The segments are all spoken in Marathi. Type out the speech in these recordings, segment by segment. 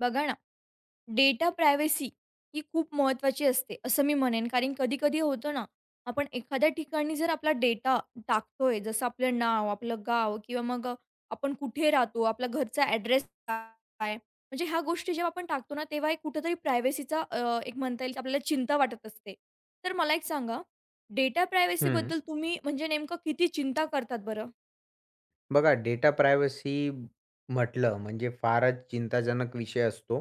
बघा ना, डेटा प्रायव्हसी ही खूप महत्त्वाची असते, असं मी म्हणेन. कारण कधी-कधी होतं ना, आपण एखाद्या ठिकाणी जर आपला डेटा टाकतोय, जसं आपलं नाव, आपलं गाव किंवा मग आपण कुठे राहतो, आपला घरचा ॲड्रेस काय, म्हणजे ह्या गोष्टी जेव्हा आपण टाकतो ना, तेव्हा एक कुठेतरी प्रायव्हसीचा एक म्हणता येईल की आपल्याला चिंता वाटत असते. तर मला एक सांगा, डेटा हं. प्रायव्हसीबद्दल तुम्ही म्हणजे नेमकं किती चिंता करतात बरं? बघा, डेटा प्रायव्हसी म्हटलं म्हणजे फारच चिंताजनक विषय असतो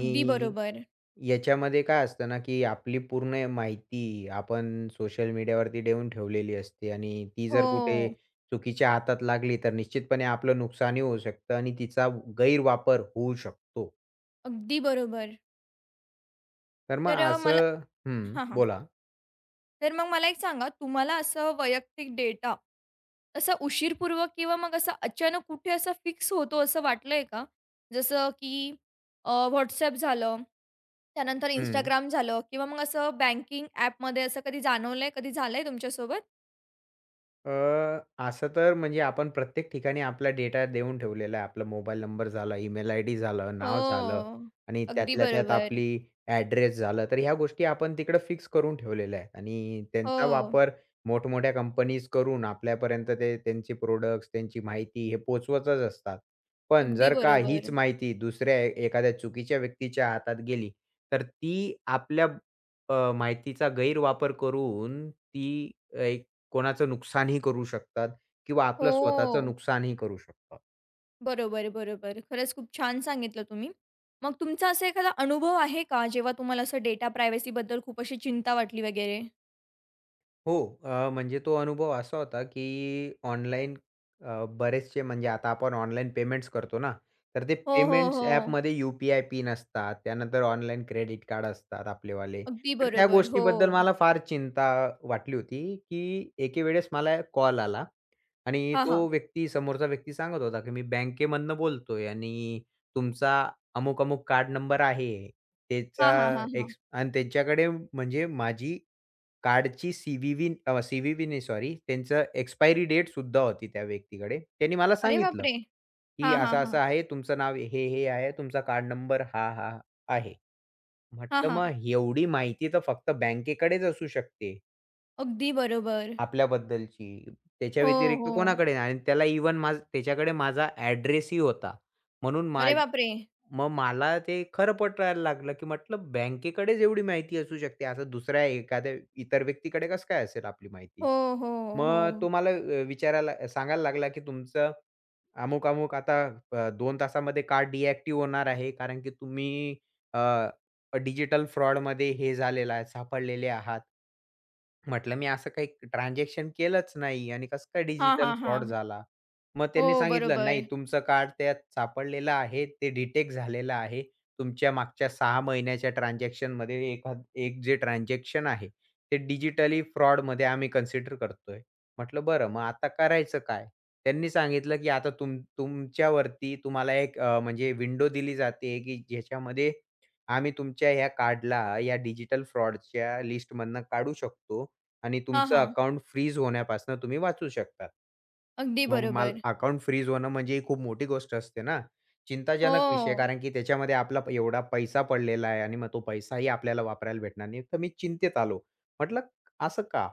अगदी बरोबर. याच्यामध्ये काय असतं ना, की आपली पूर्ण माहिती आपण सोशल मीडियावरती देऊन ठेवलेली असते आणि ती जर हो, कुठे चुकीच्या हातात लागली, तर निश्चितपणे आपलं नुकसानही होऊ शकतं आणि तिचा गैरवापर होऊ शकतो. अगदी बरोबर. तर तर मग मला असं हं, हां, हां. बोला. तर मग मला एक सांगा, तुम्हाला असं वैयक्तिक डेटा असा उशीरपूर्वक किंवा मग असं अचानक कुठे असं फिक्स होतो असं वाटलंय का? जसं की WhatsApp झालं, त्यानंतर हं. Instagram झालं किंवा मग असं बँकिंग ॲपमध्ये असं कधी जाणवलंय, कधी झालंय तुमच्यासोबत? अ, असं तर म्हणजे आपण प्रत्येक ठिकाणी आपला डेटा देऊन ठेवलेला आहे. आपला मोबाईल नंबर झाला, ईमेल आयडी झालं, नाव झालं हो. आणि अगदी त्यातल्या त्यात बरोबर. आपली ॲड्रेस झालं. तर ह्या गोष्टी आपण तिकडे फिक्स करून ठेवलेल्या आहेत आणि त्यांचा हो, वापर मोठमोठ्या कंपनीज करून आपल्यापर्यंत ते त्यांचे प्रोडक्ट्स, त्यांची माहिती हे पोहोचवतच असतात. पण अगदी जर का बरोबर. हीच माहिती दुसऱ्या एखाद्या चुकीच्या व्यक्तीच्या हातात गेली, तर ती आपल्या माहितीचा गैरवापर करून ती एक कोणाचं नुकसानही करू शकतात किंवा आपलं स्वतःचं हो, नुकसानही करू शकतात. बरोबर, बरोबर. खरंच खूप छान सांगितलं तुम्ही. मग तुमचा असा एखादा अनुभव आहे का, जेव्हा तुम्हाला असं डेटा प्रायव्हसीबद्दल खूप अशी चिंता वाटली वगैरे? हो. म्हणजे तो अनुभव असा होता, की ऑनलाईन बरेचसे म्हणजे आता आपण ऑनलाईन पेमेंट्स करतो ना, तर ते हो, हो, पेमेंट्स हो. ॲपमध्ये यू-पी-आय पिन असतात. त्यानंतर ऑनलाईन क्रेडिट कार्ड असतात आपलेवाले. अगदी तर त्या बरोबर. हो. गोष्टीबद्दल मला फार चिंता वाटली होती, की एके वेळेस मला कॉल आला आणि हां, तो हां. व्यक्ती समोरचा व्यक्ती सांगत होता, की "मी बँकेमधनं बोलतोय आणि तुमचा अमुक-अमुक कार्ड नंबर आहे." हां, त्याचा हां, हां, हां. एक्स आणि त्यांच्याकडे म्हणजे माझी कार्डची सी-व्ही-व्ही अ, सी नाही सॉरी, त्यांचं एक्सपायरी डेट सुद्धा होती त्या व्यक्तीकडे. त्यांनी मला अरे सांगितलं, बापरे! की हां, हां, हां. असं-असं आहे, तुमचं नाव हे-हे आहे, तुमचा कार्ड नंबर हा-हा आहे. हां, म्हटलं हां. मग एवढी माहिती तर फक्त बँकेकडेच असू शकते. अगदी बरोबर. आपल्याबद्दलची. त्याच्या हो, व्यतिरिक्त हो. कोणाकडे नाही आणि त्याला इव्हन त्याच्याकडे माझा ॲड्रेसही होता. म्हणून मा अरे बापरे! मग मला ते खरं पटायला लागलं, की म्हटलं बँकेकडेच एवढी माहिती असू शकते. असं दुसऱ्या एखाद्या इतर व्यक्तीकडे कसं काय असेल आपली माहिती? हो, हो, मग हो. तो मला विचारायला सांगायला लागला, की तुमचं अमुक-अमुक आता 2 तासामध्ये कार्ड डिएक्टिव्ह होणार आहे कारण की तुम्ही डिजिटल फ्रॉडमध्ये सापडलेले आहात. म्हटलं मी असं काही ट्रान्झॅक्शन केलंच नाही आणि कसं काय हां, डिजिटल हां, फ्रॉड हां. झाला? मग हो, त्यांनी सांगितलं, "नाही, बरोबर. तुमचं कार्ड त्यात सापडलेलं आहे. ते डिटेक्ट झालेलं आहे. तुमच्या मागच्या 6 महिन्याच्या ट्रान्झॅक्शनमध्ये एक जे ट्रान्झॅक्शन आहे, ते डिजिटली फ्रॉडमध्ये आम्ही कन्सिडर करतोय." म्हटलं, "बरं, मग आता करायचं काय?" त्यांनी सांगितलं, की "आता तुमच्यावरती तुम्हाला एक म्हणजे विंडो दिली जाते, की ज्याच्यामध्ये आम्ही तुमच्या ह्या कार्डला या डिजिटल फ्रॉडच्या लिस्टमधनं काढू शकतो आणि हां, तुमचं हां. अकाउंट फ्रीज होण्यापासून तुम्ही वाचू शकता. अगदी मग मला बरोबर. अकाउंट फ्रीज होणं म्हणजे ही खूप मोठी गोष्ट असते ना. चिंताजनक विषय हो. कारण की त्याच्यामध्ये आपला एवढा पैसा पडलेला आहे आणि मग तो पैसाही आपल्याला वापरायला भेटणार नाही. तर मी चिंतेत आलो. म्हटलं असं का?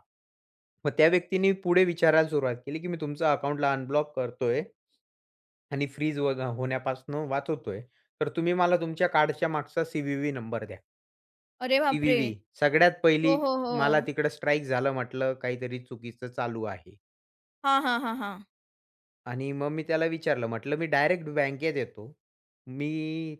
मग त्या व्यक्तीने पुढे विचारायला सुरुवात केली, की "मी तुमच्या अकाउंटला अनब्लॉक करतोय आणि फ्रीज होण्यापासून वाचवतोय. तर तुम्ही मला तुमच्या कार्डच्या मागचा सी-व्ही-व्ही नंबर द्या." अरे बापरे! टी-व्ही-व्ही. सगळ्यात हो, पहिली हो, हो. मला तिकडं स्ट्राईक झालं म्हटलं काहीतरी चुकीचं चालू आहे. हां, हां, हां, हां. आणि मग मी त्याला विचारलं म्हटलं, "मी डायरेक्ट बँकेत येतो. मी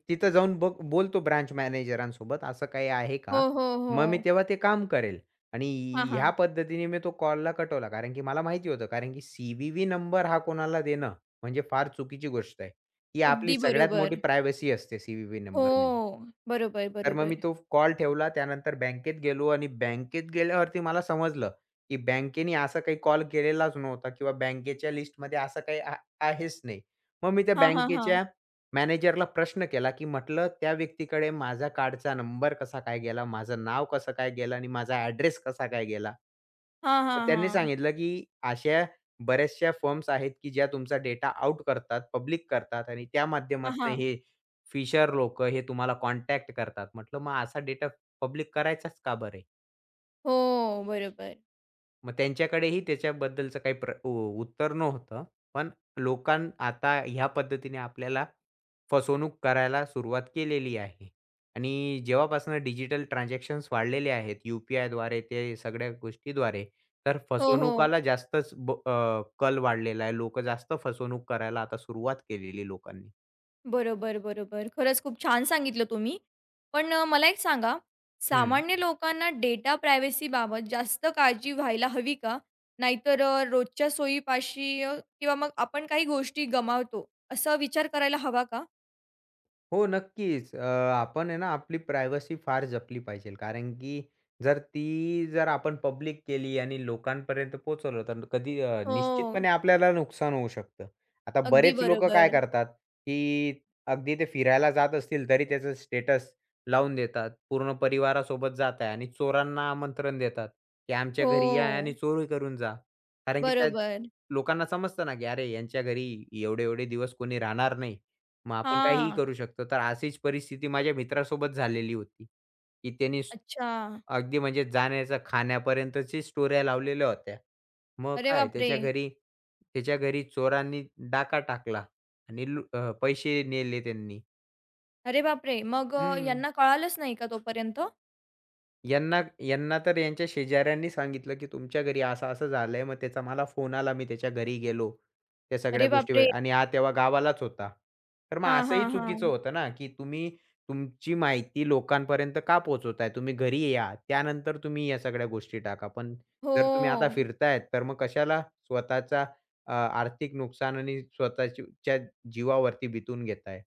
तिथं जाऊन बघ बोलतो ब्रांच मॅनेजरांसोबत असं काही आहे का? हो, हो, हो. मग मी तेव्हा ते काम करेल." आणि हां, ह्या हां. पद्धतीने मी तो कॉलला कटवला. कारण की मला माहिती होतं कारण की सी-व्ही-व्ही नंबर हा कोणाला देणं म्हणजे फार चुकीची गोष्ट आहे. ही आपली अगदी सगळ्यात मोठी बरोबर. प्रायव्हसी असते सी-व्ही-व्ही हो. नंबर म्हणजे. बरोबर, तर मग मी बरोबर. तो कॉल ठेवला. त्यानंतर बँकेत गेलो आणि बँकेत गेल्यावरती मला समजलं, की बँकेने असा काही कॉल केलेलाच नव्हता किंवा बँकेच्या लिस्टमध्ये असं काही आहेच नाही. मग मी त्या हां, हां, हां. बँकेच्या मॅनेजरला प्रश्न केला, की म्हटलं, "त्या व्यक्तीकडे माझ्या कार्डचा नंबर कसा काय गेला? माझं नाव कसं काय गेलं? आणि माझा ॲड्रेस कसा काय गेला?" हां, मग हां, त्यांनी हां. सांगितलं, की "अशा बऱ्याचशा फर्म्स आहेत, की ज्या तुमचा डेटा आउट करतात, पब्लिक करतात आणि त्या हां, माध्यमातून हां. हे फिशर लोक हे तुम्हाला कॉन्टॅक्ट करतात. म्हटलं मग असा डेटा पब्लिक करायचाच का बरे? हो, बरोबर. मग त्यांच्याकडेही त्याच्याबद्दलचं काही प्र उ उत्तर नव्हतं. पण लोकां आता ह्या पद्धतीने आपल्याला फसवणूक करायला सुरुवात केलेली आहे. आणि जेव्हापासून डिजिटल ट्रान्झॅक्शन्स वाढलेले आहेत, यू-पी-आयद्वारे ते सगळ्या गोष्टीद्वारे, तर हो, हो. फसवणुकाला जास्तच कल वाढलेला आहे. लोकं जास्त फसवणूक करायला आता सुरुवात केलेली लोकांनी. बरोबर, बरोबर. खरंच खूप छान सांगितलं तुम्ही. पण मला एक सांगा, हं. सामान्य लोकांना डेटा प्रायव्हसीबाबत जास्त काळजी व्हायला हवी का? नाहीतर रोजच्या सोयीपाशी किंवा मग आपण काही गोष्टी गमावतो, असा विचार करायला हवा का? हो, नक्कीच. आपण आहे ना, आपली प्रायव्हसी फार जपली पाहिजे. कारण की जर ती आपण पब्लिक केली आणि लोकांपर्यंत पोहोचवलं, तर कधी हो, निश्चितपणे आपल्याला नुकसान होऊ शकतं. आता अगदी बरेच लोकं काय बरोबर. करतात, की अगदी ते फिरायला जात असतील, तरी त्याचं स्टेटस लावून देतात. पूर्ण परिवारासोबत जात आहे आणि चोरांना आमंत्रण देतात, की आमच्या घरी या आणि हो, चोरी करून जा. कारण की त्या बरोबर. लोकांना समजतं ना, की अरे, यांच्या घरी एवढे-एवढे दिवस कोणी राहणार नाही. मग आपण काहीही हां, करू शकतो. तर अशीच परिस्थिती माझ्या मित्रासोबत झालेली होती, की त्याने स अच्छा. अगदी म्हणजे जाण्याचा खाण्यापर्यंतची स्टोऱ्या लावलेल्या होत्या. मग अरे काय बापरे! त्याच्या घरी चोरांनी डाका टाकला आणि पैसे नेले त्यांनी. अरे बापरे! मग हं. यांना कळालंच नाही का तोपर्यंत? यांना यांना तर यांच्या शेजाऱ्यांनी सांगितलं, की तुमच्या घरी असं-असं झालंय. मग त्याचा मला फोन आला. मी त्याच्या घरी गेलो. त्या अरे सगळ्या गोष्टी बापरे! वगैरे आणि हा तेव्हा गावालाच होता. तर मग हां, असंही हां, चुकीचं हां. होतं ना, की तुम्ही तुमची माहिती लोकांपर्यंत का पोहोचवताय? तुम्ही घरी या. त्यानंतर तुम्ही या सगळ्या गोष्टी टाका. पण हो. जर तुम्ही आता फिरतायत, तर मग कशाला स्वतःचा आर्थिक नुकसान आणि स्वतःची जीवावरती बितून घेताय?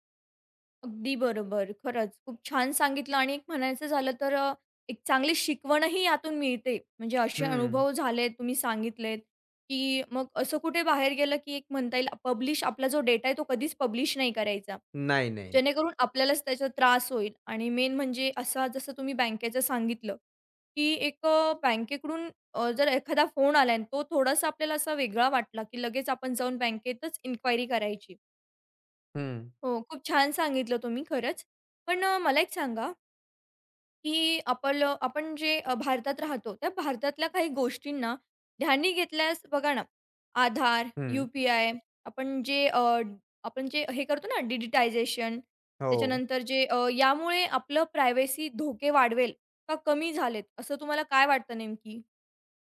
अगदी बरोबर. खरंच खूप छान सांगितलं आणि एक म्हणायचं झालं तर एक चांगली शिकवणही यातून मिळते. म्हणजे असे हं. अनुभव झालेत, तुम्ही सांगितलेत, की मग असं कुठे बाहेर गेलं, की एक म्हणता येईल पब्लिश आपला जो डेटा आहे तो कधीच पब्लिश नाही करायचा. नाही, नाही. जेणेकरून आपल्यालाच त्याचा त्रास होईल आणि मेन म्हणजे असा जसं तुम्ही बँकेचं सांगितलं, की एक बँकेकडून जर एखादा फोन आला आणि तो थोडासा आपल्याला असा वेगळा वाटला, की लगेच आपण जाऊन बँकेतच इन्क्वायरी करायची. हं, हो, खूप छान सांगितलं तुम्ही खरंच. पण मला एक सांगा, की आपण जे भारतात राहतो, त्या भारतातल्या काही गोष्टींना ध्यानी घेतल्यास बघा ना, आधार, हं. यू-पी-आय, आपण जे आपण जे हे करतो ना डिजिटायझेशन, हो. त्याच्यानंतर जे यामुळे आपलं प्रायव्हसी धोके वाढवेल का कमी झालेत, असं तुम्हाला काय वाटतं नेमकी?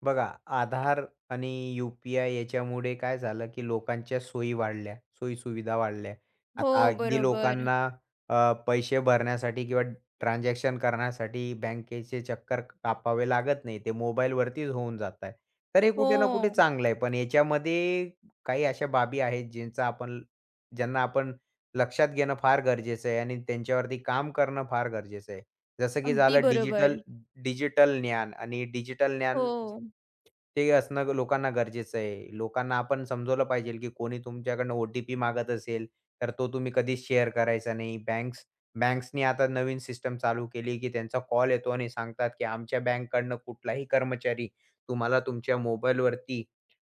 बघा, आधार आणि यू-पी-आय याच्यामुळे काय झालं, की लोकांच्या सोयी वाढल्या, सोयी-सुविधा वाढल्या. आता हो, अगदी बरोबर. लोकांना पैसे भरण्यासाठी किंवा ट्रान्झॅक्शन करण्यासाठी बँकेचे चक्कर कापावे लागत नाही. ते मोबाईलवरतीच होऊन जात आहे. तर हे कुठे ना कुठे हो, चांगलं आहे. पण याच्यामध्ये काही अशा बाबी आहेत, ज्यांचा आपण ज्यांना आपण लक्षात घेणं फार गरजेचं आहे आणि त्यांच्यावरती काम करणं फार गरजेचं आहे. जसं की अगदी झालं डिजिटल बरोबर. डिजिटल ज्ञान आणि डिजिटल ज्ञान हो, ते असणं लोकांना गरजेचं आहे. लोकांना आपण समजवलं पाहिजे, की कोणी तुमच्याकडनं ओ-टी-पी मागत असेल, तर तो तुम्ही कधीच शेअर करायचा नाही. बँक्सनी आता नवीन सिस्टम चालू केली, की त्यांचा कॉल येतो आणि सांगतात, की आमच्या बँककडनं कुठलाही कर्मचारी तुम्हाला तुमच्या मोबाईलवरती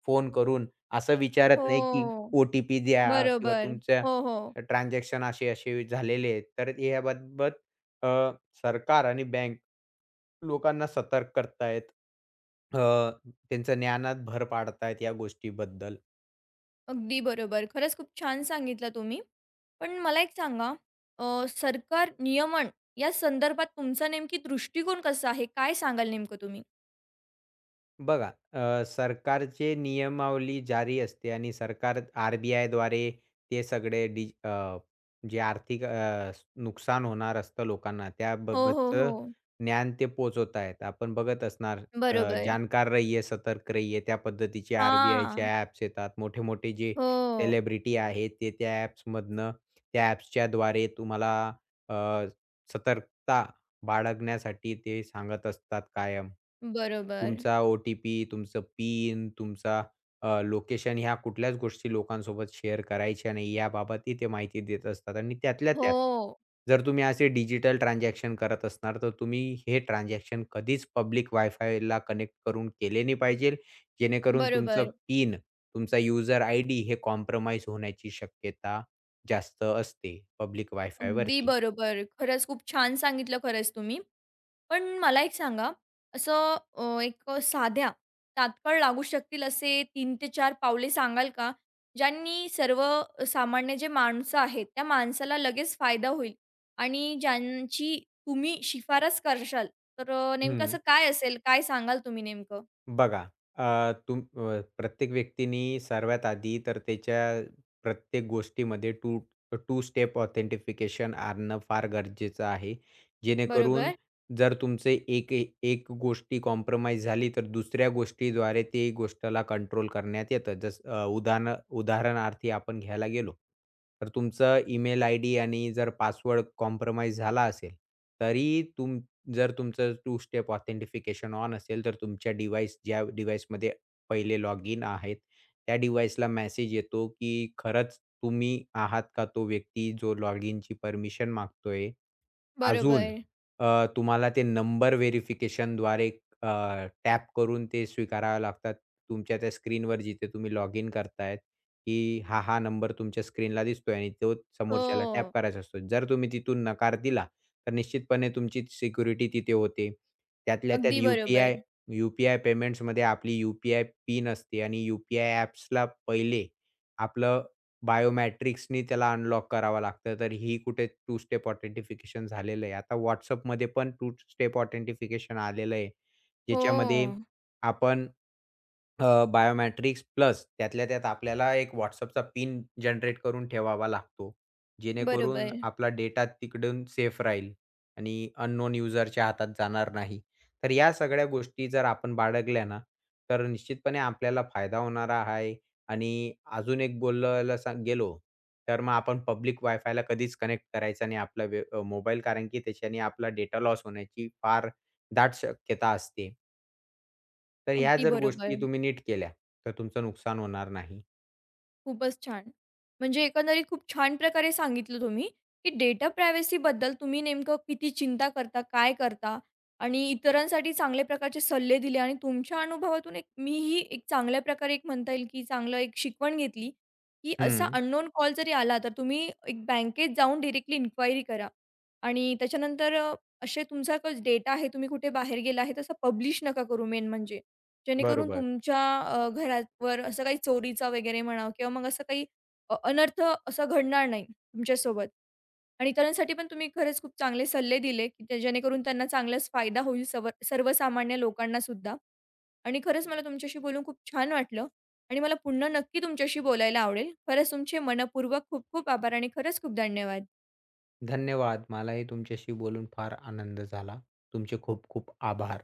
फोन करून असं हो, विचारत नाही, की ओ-टी-पी द्या किंवा बरोबर. तुमच्या हो, हो. ट्रान्झॅक्शन असे-असे झालेले आहेत. तर याबाबत अ, सरकार आणि बँक लोकांना सतर्क करतायत. अ, त्यांच्या ज्ञानात भर पाडतायत या गोष्टीबद्दल. अगदी बरोबर. खरंच खूप छान सांगितलं तुम्ही. पण मला एक सांगा, सरकार नियमन या संदर्भात तुमचा नेमकी दृष्टिकोन कसा आहे? काय सांगाल नेमकं तुम्ही? बघा, सरकारचे नियमावली जारी असते आणि सरकार आर-बी-आयद्वारे ते सगळे जे आर्थिक नुकसान होणार असतं लोकांना हो, हो, हो. त्याबाबतचं ज्ञान ते पोहोचवत आहेत. आपण बघत असणार अ, बरोबर. "जाणकार रहिये, सतर्क रहिये" त्या पद्धतीचे आर-बी-आयचे हां. ॲप्स येतात. मोठे-मोठे जे हो. सेलिब्रिटी आहेत ते त्या ॲप्सच्याद्वारे तुम्हाला अ, सतर्कता बाळगण्यासाठी ते सांगत असतात कायम. बरोबर. तुमचा ओ-टी-पी, तुमचं पिन, तुमचा लोकेशन ह्या कुठल्याच गोष्टी लोकांसोबत शेअर करायच्या नाही याबाबतही ते माहिती देत असतात आणि त्यातल्या हो. त्यात जर तुम्ही असे डिजिटल ट्रान्झॅक्शन करत असणार तर तुम्ही हे ट्रान्झॅक्शन कधीच पब्लिक वायफायला कनेक्ट करून केले नाही पाहिजे. जेणेकरून बरोबर. तुमचं पिन, तुमचा युजर आयडी हे कॉम्प्रोमाईज होण्याची शक्यता जास्त असते पब्लिक अगदी वायफायवरती. बरोबर. खरंच खूप छान सांगितलं खरंच तुम्ही. पण मला एक सांगा, असं एक साध्या, तात्काळ लागू शकतील असे 3 ते 4 पावले सांगाल का? ज्यांनी सर्व सामान्य जे माणसं आहेत, त्या माणसाला लगेच फायदा होईल आणि ज्यांची तुम्ही शिफारस करशाल, तर नेमकं असं काय असेल? काय सांगाल तुम्ही नेमकं? बघा, प्रत्येक व्यक्तीनी सर्वात आधी तर त्याच्या प्रत्येक गोष्टीमध्ये टू टू स्टेप ऑथेंटिफिकेशन आणणं फार गरजेचं आहे. जेणेकरून बरोबर, जर तुमचे एक गोष्टी कॉम्प्रोमाईज झाली, तर दुसऱ्या गोष्टीद्वारे ते गोष्टला कंट्रोल करण्यात येतं. जसं अ, उदाहरण उदाहरणार्थी आपण घ्यायला गेलो, तर तुमचं ईमेल आयडी आणि जर पासवर्ड कॉम्प्रोमाईज झाला असेल, तरी तुम जर तुमचं टू स्टेप ऑथेंटिफिकेशन ऑन असेल, तर तुमच्या डिव्हाइस ज्या डिव्हाइसमध्ये पहिले लॉगिन आहेत, त्या डिव्हाइसला मेसेज येतो, की खरंच तुम्ही आहात का तो व्यक्ती जो लॉगिनची परमिशन मागतोय? अजून बरोबर. तुम्हाला ते नंबर व्हेरिफिकेशनद्वारे अ, टॅप करून ते स्वीकारावे लागतात. तुमच्या त्या स्क्रीनवर जिथे तुम्ही लॉग इन करतायत, की हा नंबर तुमच्या स्क्रीनला दिसतोय आणि तो समोरच्याला टॅप हो, करायचा असतो. जर तुम्ही तिथून नकार दिला, तर निश्चितपणे तुमची सिक्युरिटी तिथे होते. त्यातल्या अगदी त्यात बरोबर. यू-पी-आय पेमेंट्समध्ये आपली यू-पी-आय पिन असते आणि यू-पी-आय ॲप्सला पहिले आपलं बायोमॅट्रिक्सनी त्याला अनलॉक करावं लागतं. तर ही कुठे टू स्टेप ऑथेंटिफिकेशन झालेलं आहे. आता WhatsAppमध्ये पण टू स्टेप ऑथेंटिफिकेशन आलेलं आहे. ज्याच्यामध्ये हो, आपण बायोमेट्रिक्स प्लस त्यातल्या त्यात आपल्याला एक WhatsAppचा पिन जनरेट करून ठेवावा लागतो. जेणेकरून बरोबर. आपला डेटा तिकडून सेफ राहील आणि अननोन युजरच्या हातात जाणार नाही. तर या सगळ्या गोष्टी जर आपण बाळगल्या ना, तर निश्चितपणे आपल्याला फायदा होणार आहे आणि अजून एक बोलायला गेलो, तर मग आपण पब्लिक वायफायला कधीच कनेक्ट करायचा नाही आपला मोबाईल कारण की त्याच्याने आपला डेटा लॉस होण्याची फार दाट शक्यता असते. तर ह्या अगदी जर बरोबर. गोष्टी तुम्ही नीट केल्या, तर तुमचं नुकसान होणार नाही. खूपच छान. म्हणजे एकंदरीत खूप छान प्रकारे सांगितलं तुम्ही, की डेटा प्रायव्हसीबद्दल तुम्ही नेमकं किती चिंता करता, काय करता आणि इतरांसाठी चांगल्या प्रकारचे सल्ले दिले आणि तुमच्या अनुभवातून एक मीही एक चांगल्या प्रकारे एक म्हणता येईल, की चांगलं एक शिकवण घेतली, की असा हं. अननोन कॉल जरी आला तर तुम्ही एक बँकेत जाऊन डायरेक्टली इन्क्वायरी करा आणि त्याच्यानंतर असे तुमचा डेटा आहे, तुम्ही कुठे बाहेर गेला आहे तसा पब्लिश नका करू मेन म्हणजे. जेणेकरून बरोबर. तुमच्या घरावर असं काही चोरीचा वगैरे म्हणा किंवा मग असं काही अनर्थ असं घडणार नाही तुमच्यासोबत. आणि इतरांसाठी पण तुम्ही खरंच खूप चांगले सल्ले दिले, की ते जेणेकरून त्यांना चांगलाच फायदा होईल सर्व सर्वसामान्य लोकांनासुद्धा. आणि खरंच मला तुमच्याशी बोलून खूप छान वाटलं आणि मला पुन्हा नक्की तुमच्याशी बोलायला आवडेल. खरंच तुमचे मनःपूर्वक खूप खूप आभार आणि खरंच खूप धन्यवाद. धन्यवाद. मलाही तुमच्याशी बोलून फार आनंद झाला. तुमचे खूप खूप आभार.